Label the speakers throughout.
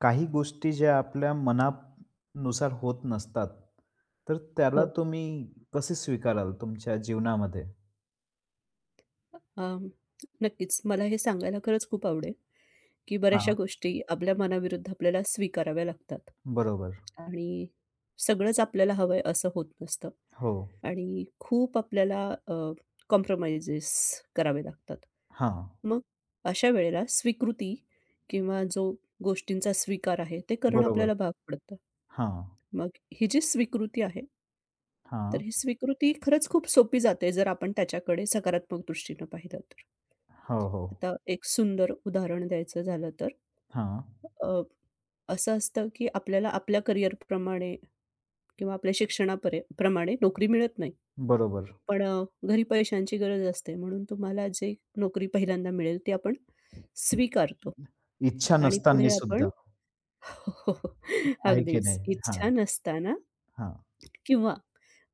Speaker 1: काही गोष्टी ज्या आपल्या मनानुसार होत नसतात, तर त्याला
Speaker 2: हो.
Speaker 1: तुम्ही कसे स्वीकाराल तुमच्या जीवनामध्ये?
Speaker 2: अं, नक्कीच. मला हे सांगायला खरंच खूप आवडेल, की बऱ्याचशा
Speaker 1: हां,
Speaker 2: गोष्टी आपल्या मनाविरुद्ध आपल्याला स्वीकाराव्या लागतात.
Speaker 1: बरोबर.
Speaker 2: आणि सगळंच आपल्याला हवंय असं होत नसतं
Speaker 1: हो.
Speaker 2: आणि खूप आपल्याला कॉम्प्रोमाइजेस करावे लागतात.
Speaker 1: हां,
Speaker 2: मग अशा वेळेला स्वीकृती किंवा जो गोष्टींचा स्वीकार आहे, ते करणं
Speaker 1: बरोबर.
Speaker 2: आपल्याला भाग पडतं.
Speaker 1: हां,
Speaker 2: मग ही जी स्वीकृती आहे तर
Speaker 1: हां.
Speaker 2: ही स्वीकृती खरंच खूप सोपी जाते, जर आपण त्याच्याकडे सकारात्मक दृष्टीनं पाहिलं तर.
Speaker 1: हो, हो.
Speaker 2: आता एक सुंदर उदाहरण द्यायचं झालं तर
Speaker 1: हां,
Speaker 2: अ, असं असतं, की आपल्याला आपल्या करिअरप्रमाणे किंवा आपल्या शिक्षणापरे प्रमाणे नोकरी मिळत नाही.
Speaker 1: बरोबर.
Speaker 2: पण घरी पैशांची गरज असते म्हणून तुम्हाला जे नोकरी पहिल्यांदा मिळेल ती आपण स्वीकारतो
Speaker 1: इच्छा
Speaker 2: आणि पुढे
Speaker 1: नसताना
Speaker 2: आपण
Speaker 1: सुद्धा
Speaker 2: हो,
Speaker 1: आहे की
Speaker 2: अगदीच
Speaker 1: नाही? हां,
Speaker 2: इच्छा नसताना
Speaker 1: हां.
Speaker 2: किंवा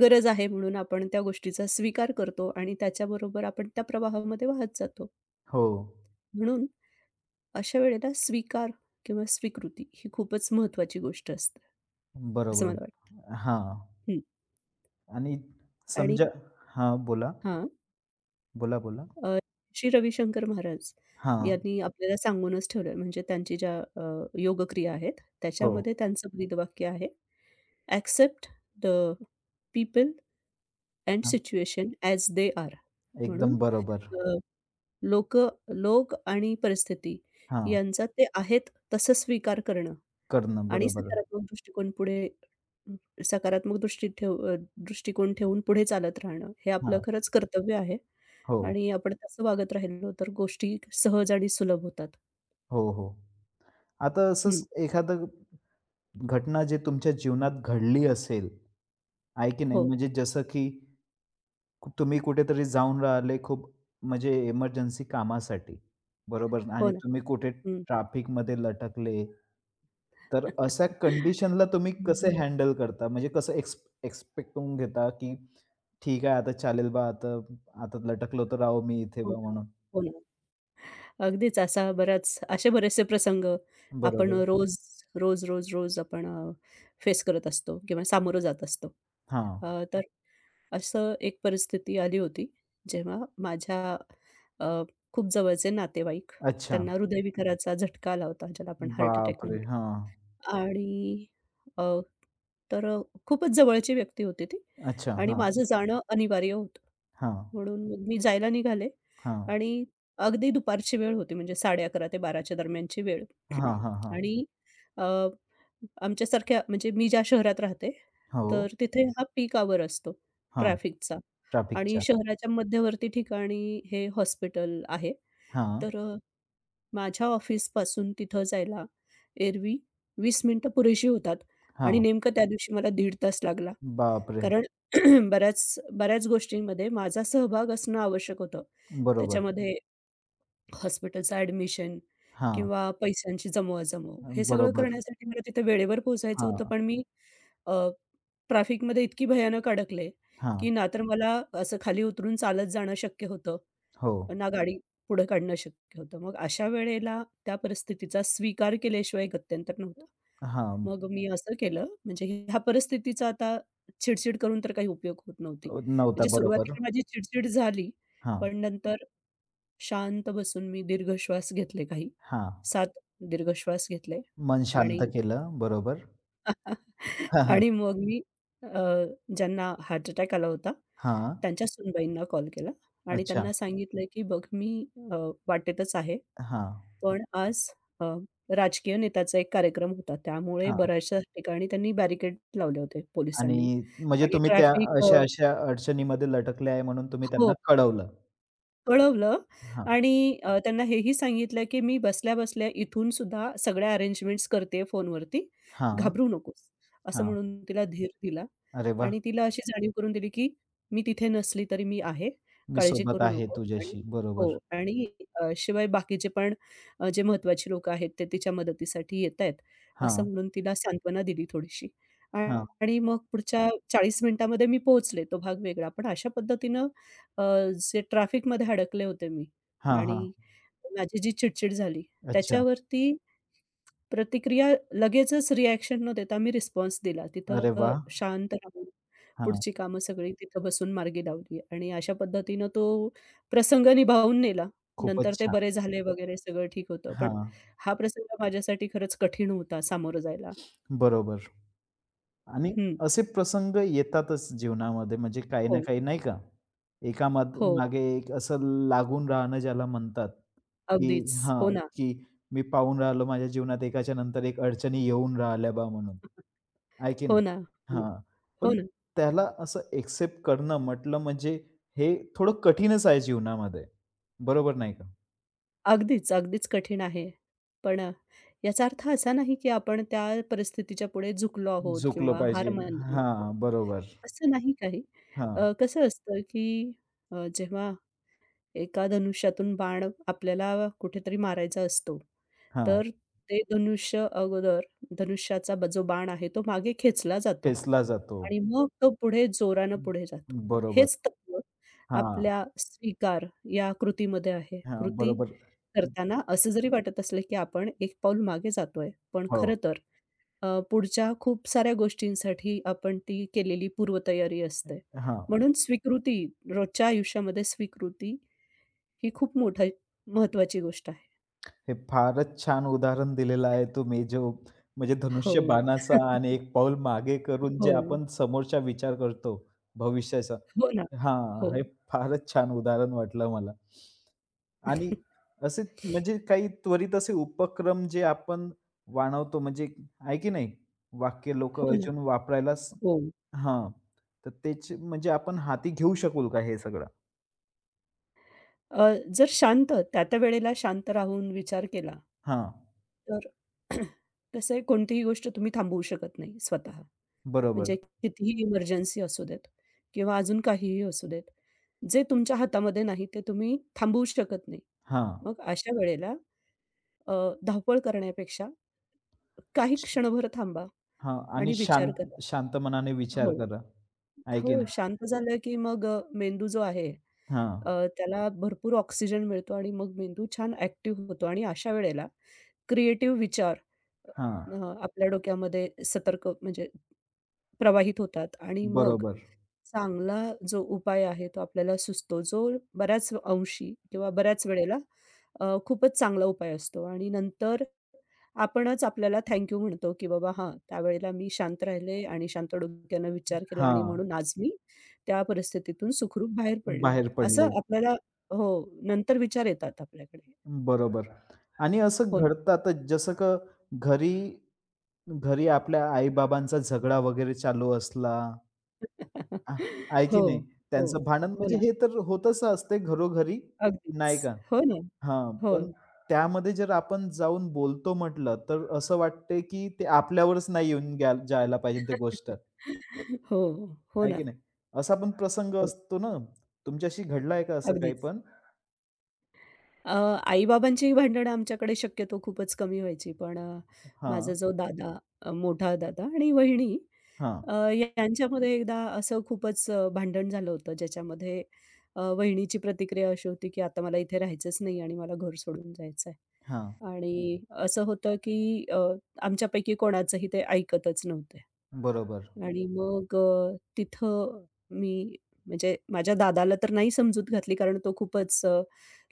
Speaker 2: गरज आहे म्हणून आपण त्या गोष्टीचा स्वीकार करतो आणि त्याच्याबरोबर आपण त्या प्रवाहामध्ये वाहत जातो.
Speaker 1: हो,
Speaker 2: म्हणून अशा वेळेला स्वीकार किंवा स्वीकृती ही खूपच महत्त्वाची गोष्ट असते, असं
Speaker 1: बरोबर.
Speaker 2: मला वाटतं.
Speaker 1: हां
Speaker 2: हं.
Speaker 1: आणि
Speaker 2: आणि
Speaker 1: समजा हां, बोला.
Speaker 2: हां.
Speaker 1: बोला, बोला.
Speaker 2: अ, श्री रविशंकर महाराज
Speaker 1: हां,
Speaker 2: यांनी आपल्याला सांगूनच ठेवलं आहे. म्हणजे त्यांची ज्या योगक्रिया आहेत,
Speaker 1: हो.
Speaker 2: त्याच्यामध्ये त्यांचं ब्रीदवाक्य आहे, "ॲक्सेप्ट द पीपल अँड
Speaker 1: हां,
Speaker 2: सिच्युएशन ॲज दे आर." म्हणून
Speaker 1: एकदम बरोबर.
Speaker 2: अ, लोकं लोक आणि परिस्थिती
Speaker 1: हां,
Speaker 2: यांचा ते आहेत तसं स्वीकार करणं
Speaker 1: करणं
Speaker 2: आणि
Speaker 1: बरोबर.
Speaker 2: सकारात्मक दृष्टिकोन पुढे सकारात्मक दृष्टिकोन ठेवून पुढे चालत राहणं, हे आपलं
Speaker 1: हां,
Speaker 2: खरंच कर्तव्य आहे.
Speaker 1: हो.
Speaker 2: आणि आपण तसं वागत राहिलो तर गोष्टी सहज आणि सुलभ होतात.
Speaker 1: हो, हो. आता असंच
Speaker 2: हं.
Speaker 1: एखादं घटना जे तुमच्या जीवनात घडली असेल, आहे की नाही?
Speaker 2: हो.
Speaker 1: म्हणजे जसं की तुम्ही कुठेतरी जाऊन राहिले खूप म्हणजे इमर्जन्सी कामासाठी, बरोबर?
Speaker 2: हो
Speaker 1: आणि
Speaker 2: ना.
Speaker 1: तुम्ही कुठे
Speaker 2: हं.
Speaker 1: ट्रॅफिकमध्ये लटकले, तर अशा कंडिशनला तुम्ही कसे
Speaker 2: हो.
Speaker 1: हँडल करता? म्हणजे कसं एक्स्पेक्ट करून घेता, की ठीक आहे आता चालेल बा आता आता लटकलो तर राहो मी इथे
Speaker 2: हो
Speaker 1: बा
Speaker 2: ना.
Speaker 1: म्हणून.
Speaker 2: हो ना. अगदीच असा बराच असे बरेचसे प्रसंग आपण
Speaker 1: बरोबर.
Speaker 2: रोज, रोज, रोज, रोज आपण फेस करत असतो किंवा सामोरं जात असतो.
Speaker 1: हां.
Speaker 2: तर असं एक परिस्थिती आली होती, जेव्हा माझ्या अ, खूप जवळचे नातेवाईक
Speaker 1: अच्छा.
Speaker 2: त्यांना हृदयविकाराचा झटका आला होता, ज्याला आपण हार्ट अटॅक
Speaker 1: बापरे! हां.
Speaker 2: आणि अ, तर खूपच जवळची व्यक्ती होती ती
Speaker 1: अच्छा.
Speaker 2: आणि
Speaker 1: हां.
Speaker 2: माझं जाणं अनिवार्य होतं.
Speaker 1: हां,
Speaker 2: म्हणून मग मी जायला निघाले
Speaker 1: हां.
Speaker 2: आणि अगदी दुपारची वेळ होती म्हणजे 11:30 ते 12:00 च्या दरम्यानची वेळ.
Speaker 1: हां, हां, हां.
Speaker 2: आणि अ, आमच्यासारख्या म्हणजे मी ज्या शहरात राहते, तर
Speaker 1: हो.
Speaker 2: तिथे हा पीक आवर असतो
Speaker 1: हां,
Speaker 2: ट्रॅफिकचा आणि
Speaker 1: ट्रॅफिकच्या.
Speaker 2: शहराच्या मध्यवर्ती ठिकाणी हे हॉस्पिटल आहे.
Speaker 1: हां,
Speaker 2: तर माझ्या ऑफिसपासून तिथं जायला एरवी 20 मिनिटं पुरेशी होतात आणि
Speaker 1: हां.
Speaker 2: नेमकं त्या दिवशी मला 1.5 तास लागला.
Speaker 1: बापरे!
Speaker 2: कारण बऱ्याच बऱ्याच गोष्टींमध्ये माझा सहभाग असणं आवश्यक होतं.
Speaker 1: बरोबर.
Speaker 2: त्याच्यामध्ये हॉस्पिटलचं ॲडमिशन
Speaker 1: हां,
Speaker 2: किंवा पैशांची जमवाजमव हे सगळं
Speaker 1: बरोबर.
Speaker 2: करण्यासाठी मला तिथे वेळेवर पोहोचायचं होतं.
Speaker 1: हां,
Speaker 2: पण मी अ, ट्रॅफिकमध्ये इतकी भयानक अडकले, की
Speaker 1: हां.
Speaker 2: ना तर मला असं खाली उतरून चालत जाणं शक्य होतं
Speaker 1: हो.
Speaker 2: ना गाडी पुढे काढणं शक्य होतं. मग अशा वेळेला त्या परिस्थितीचा स्वीकार केल्याशिवाय गत्यंतर नव्हतं.
Speaker 1: हां,
Speaker 2: मग मी असं केलं म्हणजे ह्या परिस्थितीचा आता चिडचिड करून तर काही उपयोग होत नव्हती.
Speaker 1: नव्हता.
Speaker 2: म्हणजे
Speaker 1: बरोबर.
Speaker 2: सुरुवातीला माझी चिडचिड झाली,
Speaker 1: हां,
Speaker 2: पण नंतर शांत बसून मी दीर्घ श्वास घेतले काही.
Speaker 1: हां.
Speaker 2: 7 दीर्घ श्वास घेतले
Speaker 1: मन शांत
Speaker 2: आणि
Speaker 1: केलं. बरोबर. हां, हां.
Speaker 2: आणि मग मी अ, ज्यांना हार्ट अटॅक आला होता
Speaker 1: हां.
Speaker 2: त्यांच्या सूनबाईंना कॉल केला आणि
Speaker 1: अच्छा.
Speaker 2: त्यांना सांगितलं, की "बघ मी अ, वाटेतच आहे."
Speaker 1: हां,
Speaker 2: पण आज अ, राजकीय नेत्याचा एक कार्यक्रम होता. त्यामुळे
Speaker 1: हां.
Speaker 2: बऱ्याचशा ठिकाणी त्यांनी बॅरिकेड लावले होते
Speaker 1: आणि
Speaker 2: पोलिसांनी
Speaker 1: म्हणजे
Speaker 2: आणि
Speaker 1: तुम्ही त्या
Speaker 2: ट्रॅफिक
Speaker 1: अशा-अशा अडचणीमध्ये लटकले आहे म्हणून तुम्ही
Speaker 2: हो,
Speaker 1: त्यांना कळवलं.
Speaker 2: कळवलं
Speaker 1: हां,
Speaker 2: आणि त्यांना हेही सांगितलं, की "मी बसल्या-बसल्या इथून सुद्धा सगळ्या अरेंजमेंट्स करते फोनवरती,
Speaker 1: हां,
Speaker 2: घाबरू नकोस." असं
Speaker 1: हां.
Speaker 2: म्हणून तिला धीर दिला
Speaker 1: अरे वाह!
Speaker 2: आणि तिला अशी जाणीव करून दिली, की मी तिथे नसली तरी मी आहे.
Speaker 1: मी
Speaker 2: काळजी
Speaker 1: सोबत
Speaker 2: करू
Speaker 1: आहे
Speaker 2: नको आणि
Speaker 1: तुझ्याशी. बरोबर.
Speaker 2: हो आणि शिवाय बाकीचे पण जे महत्त्वाची लोकं आहेत ते तिच्या मदतीसाठी येतायत, असं
Speaker 1: हां,
Speaker 2: म्हणून तिला सांत्वना दिली थोडीशी.
Speaker 1: हां.
Speaker 2: आणि मग पुढच्या 40 मिनिटामध्ये मी पोहोचले, तो भाग वेगळा. पण अशा पद्धतीनं अ, जे ट्रॅफिकमध्ये अडकले होते मी
Speaker 1: हां,
Speaker 2: आणि
Speaker 1: हां.
Speaker 2: माझी जी चिडचिड झाली
Speaker 1: अच्छा.
Speaker 2: त्याच्यावरती प्रतिक्रिया लगेचच रिएक्शन न देता मी रिस्पॉन्स दिला.
Speaker 1: अरे
Speaker 2: तिथं
Speaker 1: वाह!
Speaker 2: शांत राहून
Speaker 1: हां,
Speaker 2: पुढची कामं सगळी तिथं बसून मार्गी लावली आणि अशा पद्धतीनं तो प्रसंग निभावून नेला. नंतर
Speaker 1: खूपच
Speaker 2: ते
Speaker 1: छान.
Speaker 2: बरे झाले वगैरे सगळं ठीक होतं. पण
Speaker 1: हां,
Speaker 2: हा प्रसंग माझ्यासाठी खरंच कठीण होता सामोरं जायला.
Speaker 1: बरोबर आणि
Speaker 2: हं.
Speaker 1: असे प्रसंग येतातच जीवनामध्ये म्हणजे काही ना
Speaker 2: हो,
Speaker 1: काही नाही का? एका
Speaker 2: हो.
Speaker 1: मागे एक असं लागून राहणं ज्याला म्हणतात, की
Speaker 2: अगदीच. हो
Speaker 1: हां,
Speaker 2: ना,
Speaker 1: की मी पाहून राहिलो माझ्या जीवनात एकाच्या नंतर एक अडचणी येऊन राहिल्या बा म्हणून. आहे की
Speaker 2: हो
Speaker 1: नाही?
Speaker 2: ना, हो ना,
Speaker 1: हां,
Speaker 2: हो
Speaker 1: पण
Speaker 2: ना.
Speaker 1: त्याला असं एक्सेप्ट करणं म्हटलं म्हणजे हे थोडं कठीणच आहे जीवनामध्ये. बरोबर नाही का?
Speaker 2: अगदीच, अगदीच कठीण आहे. पण याचा अर्थ असा नाही, की आपण त्या परिस्थितीच्या पुढे झुकलो आहोत
Speaker 1: झुकलं
Speaker 2: किंवा हार
Speaker 1: पाहिजे.
Speaker 2: मानली आहे.
Speaker 1: हां, बरोबर.
Speaker 2: असं नाही काही.
Speaker 1: हां,
Speaker 2: कसं असतं, की जेव्हा एका धनुष्यातून बाण आपल्याला कुठेतरी मारायचा असतो,
Speaker 1: हां,
Speaker 2: तर ते धनुष्य अगोदर धनुष्याचा जो बाण आहे, तो मागे खेचला जातो.
Speaker 1: ठेचला जातो.
Speaker 2: आणि मग तो पुढे जोरानं पुढे जातो.
Speaker 1: बरोबर.
Speaker 2: हेच तत्त्व
Speaker 1: हां,
Speaker 2: आपल्या स्वीकार या कृतीमध्ये आहे.
Speaker 1: हां,
Speaker 2: कृती
Speaker 1: बरोबर.
Speaker 2: करताना असं जरी वाटत असलं, की आपण एक पाऊल मागे जातोय, पण खरं
Speaker 1: हो.
Speaker 2: तर पुढच्या खूप साऱ्या गोष्टींसाठी आपण ती केलेली पूर्वतयारी असते.
Speaker 1: हां.
Speaker 2: म्हणून स्वीकृती रोजच्या आयुष्यामध्ये स्वीकृती ही खूप मोठी महत्त्वाची गोष्ट आहे.
Speaker 1: हे फारच छान उदाहरण दिलेलं आहे तुम्ही. जो म्हणजे
Speaker 2: हो,
Speaker 1: धनुष्यबाणाचा आणि एक पाऊल मागे करून जे
Speaker 2: हो,
Speaker 1: आपण समोरचा विचार करतो भविष्याचा.
Speaker 2: हो ना. हो,
Speaker 1: हां, हे फारच छान उदाहरण वाटलं मला. आणि असे म्हणजे काही त्वरित असे उपक्रम जे आपण जाणवतो म्हणजे आहे की नाही? वाक्य लोकं
Speaker 2: हो ना.
Speaker 1: अजून वापरायलाच
Speaker 2: हो.
Speaker 1: हां. तर तेच म्हणजे आपण हाती घेऊ शकू का हे सगळं?
Speaker 2: अ, जर शांत त्या-त्या वेळेला शांत राहून विचार केला
Speaker 1: हां,
Speaker 2: तर कसं आहे कोणतीही गोष्ट तुम्ही थांबवू शकत नाही स्वतः.
Speaker 1: बरोबर.
Speaker 2: म्हणजे कितीही इमर्जन्सी असू देत किंवा अजून काहीही असू देत. जे तुमच्या हातामध्ये नाही ते तुम्ही थांबवू शकत नाही.
Speaker 1: हां.
Speaker 2: मग अशा वेळेला अ, धावपळ करण्यापेक्षा काही क्षणभर थांबा
Speaker 1: हां आणि
Speaker 2: आणि विचार करा.
Speaker 1: शांत शांत मनाने विचार
Speaker 2: हो.
Speaker 1: करा. आहे की
Speaker 2: हो,
Speaker 1: नाही?
Speaker 2: शांत झालं की मग मेंदू जो आहे
Speaker 1: हां,
Speaker 2: अ, त्याला भरपूर ऑक्सिजन मिळतो आणि मग मेंदू छान ॲक्टिव्ह होतो आणि अशा वेळेला क्रिएटिव्ह विचार अ, अ,
Speaker 1: हां.
Speaker 2: आपल्या डोक्यामध्ये सतर्क म्हणजे प्रवाहित होतात आणि मग
Speaker 1: बरोबर.
Speaker 2: चांगला जो उपाय आहे तो आपल्याला सुचतो, जो बऱ्याच अंशी किंवा बऱ्याच वेळेला खूपच चांगला उपाय असतो आणि नंतर आपणच आपल्याला थँक यू म्हणतो, की बाबा हां, त्यावेळेला मी शांत राहिले आणि शांत डोक्यानं विचार केला आणि
Speaker 1: हां,
Speaker 2: म्हणून आज मी त्या परिस्थितीतून सुखरूप बाहेर पडले.
Speaker 1: बाहेर पडले.
Speaker 2: असं आपल्याला हो, नंतर विचार येतात आपल्याकडे.
Speaker 1: बरोबर आणि असं
Speaker 2: हो ना.
Speaker 1: घडतं आता जसं का घरी घरी आपल्या आई-बाबांचा झगडा वगैरे चालू असला आ आहे
Speaker 2: हो,
Speaker 1: की नाही?
Speaker 2: हो,
Speaker 1: त्यांचं भांडण
Speaker 2: हो
Speaker 1: म्हणजे
Speaker 2: ना.
Speaker 1: हे तर होतच असते घरोघरी,
Speaker 2: अगदीच.
Speaker 1: नाही का?
Speaker 2: हो ना.
Speaker 1: हां,
Speaker 2: हो.
Speaker 1: पण त्यामध्ये जर आपण जाऊन बोलतो म्हटलं, तर असं वाटते की ते आपल्यावरच नाही येऊन ग्या जायला पाहिजे ते गोष्ट.
Speaker 2: हो, हो
Speaker 1: आहे की
Speaker 2: ना.
Speaker 1: नाही? असा पण प्रसंग
Speaker 2: हो,
Speaker 1: असतो ना, तुमच्याशी घडलाय का असं काही
Speaker 2: अगदीच.
Speaker 1: पण?
Speaker 2: अ, आई-बाबांचीही भांडणं आमच्याकडे शक्यतो खूपच कमी व्हायची. पण माझा
Speaker 1: हां,
Speaker 2: जो दादा, मोठा दादा आणि वहिनी
Speaker 1: हां,
Speaker 2: अ, यांच्यामध्ये एकदा असं खूपच भांडण झालं होतं, ज्याच्यामध्ये वहिनीची प्रतिक्रिया अशी होती, की "आता मला इथे राहायचंच नाही आणि मला घर सोडून जायचं आहे."
Speaker 1: हां.
Speaker 2: आणि असं होतं, की आमच्यापैकी कोणाचंही ते ऐकतच नव्हते.
Speaker 1: बरोबर.
Speaker 2: आणि मग तिथं मी म्हणजे माझ्या दादाला तर नाही समजूत घातली कारण तो खूपच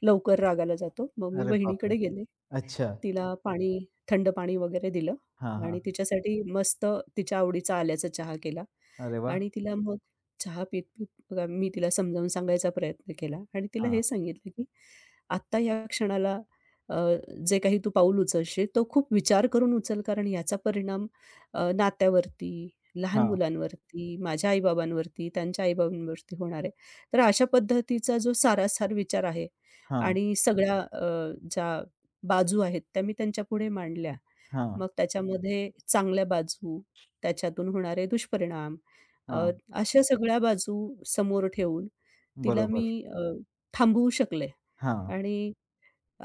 Speaker 2: लवकर रागाला जातो. मग मी
Speaker 1: अरे बापरे!
Speaker 2: बहिणीकडे गेले
Speaker 1: अच्छा.
Speaker 2: तिला पाणी, थंड पाणी वगैरे दिलं
Speaker 1: हां,
Speaker 2: आणि
Speaker 1: हां.
Speaker 2: तिच्यासाठी मस्त तिच्या आवडीचा आल्याचा चहा केला
Speaker 1: अरे वाह!
Speaker 2: आणि तिला मग चहा पीत-पीत बघा मी तिला समजावून सांगायचा प्रयत्न केला आणि तिला
Speaker 1: हां,
Speaker 2: हे सांगितलं, की "आत्ता या क्षणाला अ, जे काही तू पाऊल उचलशील, तो खूप विचार करून उचल, कारण याचा परिणाम नात्यावरती, लहान
Speaker 1: हां,
Speaker 2: मुलांवरती, माझ्या आई-बाबांवरती, त्यांच्या आई-बाबांवरती होणार आहे." तर अशा पद्धतीचा जो सारासार विचार आहे
Speaker 1: हां,
Speaker 2: आणि सगळ्या ज्या बाजू आहेत त्या मी त्यांच्यापुढे मांडल्या.
Speaker 1: हां,
Speaker 2: मग त्याच्यामध्ये चांगल्या बाजू, त्याच्यातून होणारे दुष्परिणाम अ,
Speaker 1: हां.
Speaker 2: अशा सगळ्या बाजू समोर ठेवून तिला
Speaker 1: बरोबर.
Speaker 2: मी थांबवू शकले
Speaker 1: हां,
Speaker 2: आणि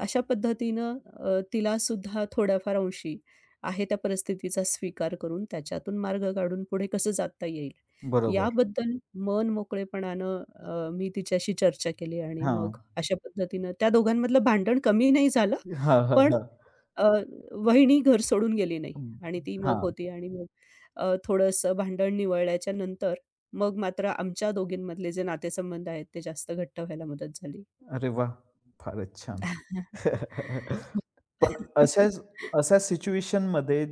Speaker 2: अशा पद्धतीनं तिलासुद्धा थोड्याफार अंशी आहे त्या परिस्थितीचा स्वीकार करून त्याच्यातून मार्ग काढून पुढे कसं जाता येईल,
Speaker 1: बरोबर.
Speaker 2: याबद्दल मन मोकळेपणानं मी तिच्याशी चर्चा केली आणि
Speaker 1: हां.
Speaker 2: मग अशा पद्धतीनं त्या दोघांमधलं भांडण कमी नाही झालं,
Speaker 1: हां, हां,
Speaker 2: पण
Speaker 1: हां.
Speaker 2: अ, वहिनी घर सोडून गेली नाही
Speaker 1: हं.
Speaker 2: आणि ती मग
Speaker 1: हां.
Speaker 2: होती आणि मग थोडंसं भांडण निवळल्याच्या नंतर मग मात्र आमच्या दोघींमधले जे नातेसंबंध आहेत ते जास्त घट्ट व्हायला मदत झाली.
Speaker 1: अरे वाह! फारच छान.
Speaker 2: हो.
Speaker 1: पण अशाच अशा सिच्युएशनमध्ये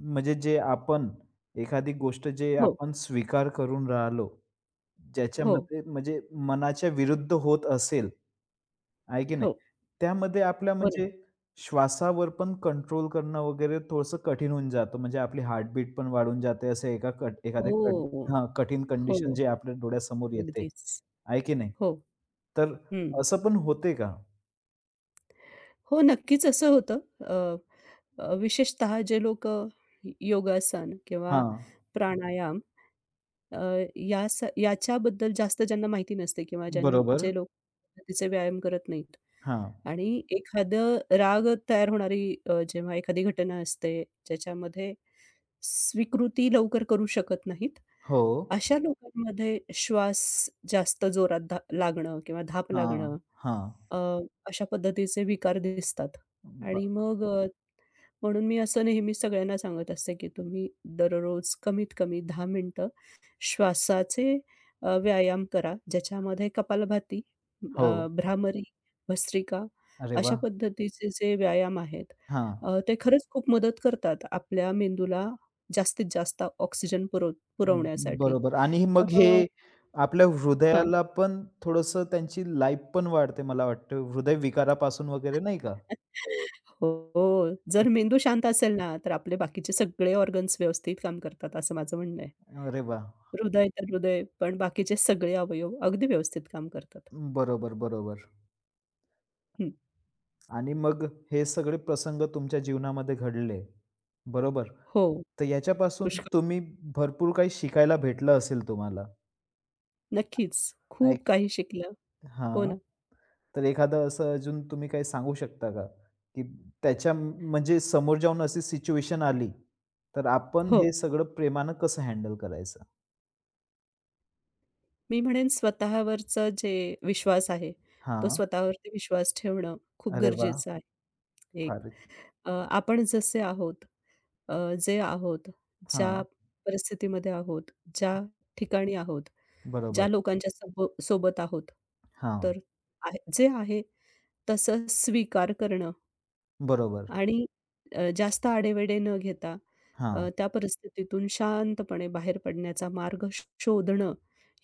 Speaker 1: म्हणजे जे आपण एखादी गोष्ट जे
Speaker 2: हो,
Speaker 1: आपण स्वीकार करून राहिलो
Speaker 2: हो,
Speaker 1: ज्याच्यामध्ये म्हणजे मनाच्या विरुद्ध होत असेल, आहे की नाही?
Speaker 2: हो,
Speaker 1: त्यामध्ये आपल्या
Speaker 2: हो ना.
Speaker 1: म्हणजे श्वासावर पण कंट्रोल करणं वगैरे थोडंसं कठीण होऊन जातं. म्हणजे आपली हार्टबीट पण वाढून जाते असं एका कट एखाद्या कट
Speaker 2: हो,
Speaker 1: हां, कठीण कंडिशन
Speaker 2: हो.
Speaker 1: जे आपल्या डोळ्यासमोर येते,
Speaker 2: अगदीच.
Speaker 1: आहे की नाही?
Speaker 2: हो,
Speaker 1: तर
Speaker 2: हं.
Speaker 1: असं पण होते का?
Speaker 2: हो, नक्कीच असं होतं. अ, अ, विशेषतः जे लोकं योगासन किंवा
Speaker 1: हां,
Speaker 2: प्राणायाम अ, या स याच्याबद्दल जास्त ज्यांना माहिती नसते किंवा
Speaker 1: बरोबर.
Speaker 2: जे लोक पद्धतीचे व्यायाम करत नाहीत
Speaker 1: हां.
Speaker 2: आणि एखादं राग तयार होणारी जेव्हा एखादी घटना असते, ज्याच्यामध्ये स्वीकृती लवकर करू शकत नाहीत.
Speaker 1: हो.
Speaker 2: अशा लोकांमध्ये श्वास जास्त जोरात धा लागणं किंवा धाप
Speaker 1: हां,
Speaker 2: लागणं
Speaker 1: हां.
Speaker 2: अ, अशा पद्धतीचे विकार दिसतात
Speaker 1: ब
Speaker 2: आणि मग म्हणून मी असं नेहमी सगळ्यांना सांगत असते, की तुम्ही दररोज कमीत कमी 10 मिनिटं श्वासाचे व्यायाम करा. ज्याच्यामध्ये कपालभाती,
Speaker 1: हो.
Speaker 2: भ्रामरी, भस्त्रिका
Speaker 1: अरे
Speaker 2: अशा
Speaker 1: वाह!
Speaker 2: पद्धतीचे जे व्यायाम आहेत
Speaker 1: हां.
Speaker 2: ते खरंच खूप मदत करतात आपल्या मेंदूला जास्तीत जास्त ऑक्सिजन पुरवण्यासाठी.
Speaker 1: बरोबर आणि मग
Speaker 2: तर
Speaker 1: हे आपल्या
Speaker 2: हां.
Speaker 1: हृदयाला पण थोडंसं त्यांची लाईफ पण वाढते मला वाटतं हृदय विकारापासून वगैरे नाही का?
Speaker 2: हो. जर मेंदू शांत असेल ना, तर आपले बाकीचे सगळे ऑर्गन्स व्यवस्थित काम करतात, असं माझं म्हणणं आहे.
Speaker 1: अरे वाह!
Speaker 2: हृदय तर हृदय, पण बाकीचे सगळे अवयव अगदी व्यवस्थित काम करतात.
Speaker 1: बरोबर, बरोबर
Speaker 2: हं.
Speaker 1: आणि मग हे सगळे प्रसंग तुमच्या जीवनामध्ये घडले, बरोबर?
Speaker 2: हो,
Speaker 1: तर याच्यापासून
Speaker 2: पुष्कळ.
Speaker 1: तुम्ही भरपूर काही शिकायला भेटलं असेल तुम्हाला.
Speaker 2: नक्कीच.
Speaker 1: ऐक
Speaker 2: खूप काही शिकलं. हो
Speaker 1: हां.
Speaker 2: ना.
Speaker 1: तर एखादं असं अजून तुम्ही काही सांगू शकता का? की त्याच्या म्हणजे समोर जाऊन अशी सिच्युएशन आली, तर आपण
Speaker 2: हो.
Speaker 1: हे सगळं प्रेमानं कसं हँडल करायचं?
Speaker 2: मी म्हणेन स्वतःवरचं जे विश्वास आहे, तो
Speaker 1: हां.
Speaker 2: स्वतःवरती विश्वास ठेवणं खूप
Speaker 1: अरे वाह!
Speaker 2: गरजेचं आहे एक.
Speaker 1: फार
Speaker 2: आपण जसे आहोत, जे आहोत, ज्या
Speaker 1: हां.
Speaker 2: परिस्थितीमध्ये आहोत, ज्या ठिकाणी आहोत ज्या
Speaker 1: बरोबर.
Speaker 2: लोकांच्या सोबत आहोत.
Speaker 1: हां.
Speaker 2: तर आहे जे आहे तसं स्वीकार करणं
Speaker 1: बरोबर.
Speaker 2: आणि जास्त आढेवेढे न घेता
Speaker 1: हां.
Speaker 2: त्या परिस्थितीतून शांतपणे बाहेर पडण्याचा मार्ग शोधणं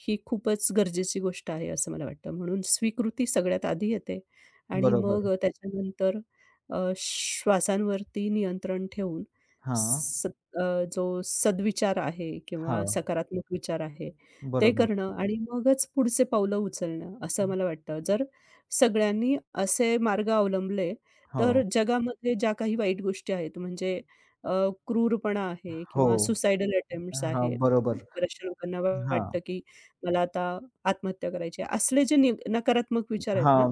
Speaker 2: ही खूपच गरजेची गोष्ट आहे, असं मला वाटतं. म्हणून स्वीकृती सगळ्यात आधी येते आणि मग
Speaker 1: बरोबर.
Speaker 2: त्याच्यानंतर श्वासांवरती नियंत्रण ठेवून
Speaker 1: हां.
Speaker 2: स जो सद्विचार आहे किंवा
Speaker 1: हां.
Speaker 2: सकारात्मक विचार आहे, ते
Speaker 1: बरोबर.
Speaker 2: करणं आणि मगच पुढचे पावलं उचलणं, असं
Speaker 1: हो.
Speaker 2: मला वाटतं. जर सगळ्यांनी असे मार्ग अवलंबले तर जगामध्ये ज्या काही वाईट गोष्टी आहेत म्हणजे अ, क्रूरपणा आहे
Speaker 1: हो.
Speaker 2: किंवा सुसाइडल अटेम्प्ट्स
Speaker 1: हां.
Speaker 2: आहेत.
Speaker 1: बरोबर.
Speaker 2: बऱ्याचशा लोकांना
Speaker 1: हां.
Speaker 2: वाटतं, की मला आता आत्महत्या करायची आहे. असले जे नकारात्मक विचार आहेत ना,
Speaker 1: हां.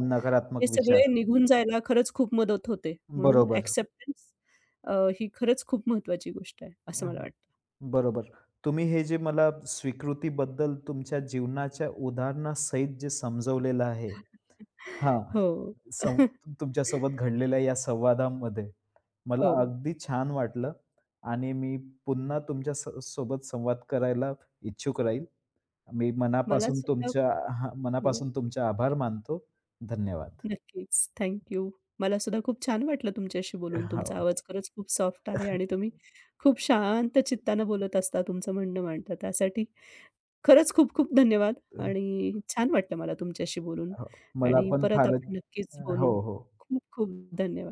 Speaker 2: हे
Speaker 1: नकारात्मक
Speaker 2: सगळे
Speaker 1: विचार.
Speaker 2: निघून जायला खरंच खूप मदत होते. म्हणून
Speaker 1: बरोबर.
Speaker 2: एक्सेप्टन्स अ, ही खरंच खूप महत्त्वाची गोष्ट आहे, असं मला वाटतं.
Speaker 1: बरोबर. तुम्ही हे जे मला स्वीकृतीबद्दल तुमच्या जीवनाच्या उदाहरणासहित जे समजवलेलं आहे हां,
Speaker 2: हो.
Speaker 1: सं तुमच्यासोबत घडलेल्या या संवादामध्ये मला
Speaker 2: हो.
Speaker 1: अगदी छान वाटलं आणि मी पुन्हा तुमच्या सोबत संवाद करायला इच्छुक राहील. मी
Speaker 2: मला
Speaker 1: मनापासून
Speaker 2: सुद्धा
Speaker 1: तुमच्या हां,
Speaker 2: हो.
Speaker 1: मनापासून तुमचे आभार मानतो. धन्यवाद.
Speaker 2: नक्कीच. Thank you. मला सुद्धा खूप छान वाटलं तुमच्याशी बोलून. तुमचा
Speaker 1: हो.
Speaker 2: आवाज खरंच खूप सॉफ्ट आहे आणि तुम्ही खूप शांत चित्तानं बोलत असता, तुमचं म्हणणं मांडता. त्यासाठी खरंच खूप खूप धन्यवाद आणि छान वाटलं मला तुमच्याशी बोलून
Speaker 1: हो. मला
Speaker 2: आणि
Speaker 1: पण
Speaker 2: परत
Speaker 1: फारच
Speaker 2: आपण नक्कीच
Speaker 1: हो,
Speaker 2: बोलू.
Speaker 1: हो.
Speaker 2: खूप खूप धन्यवाद.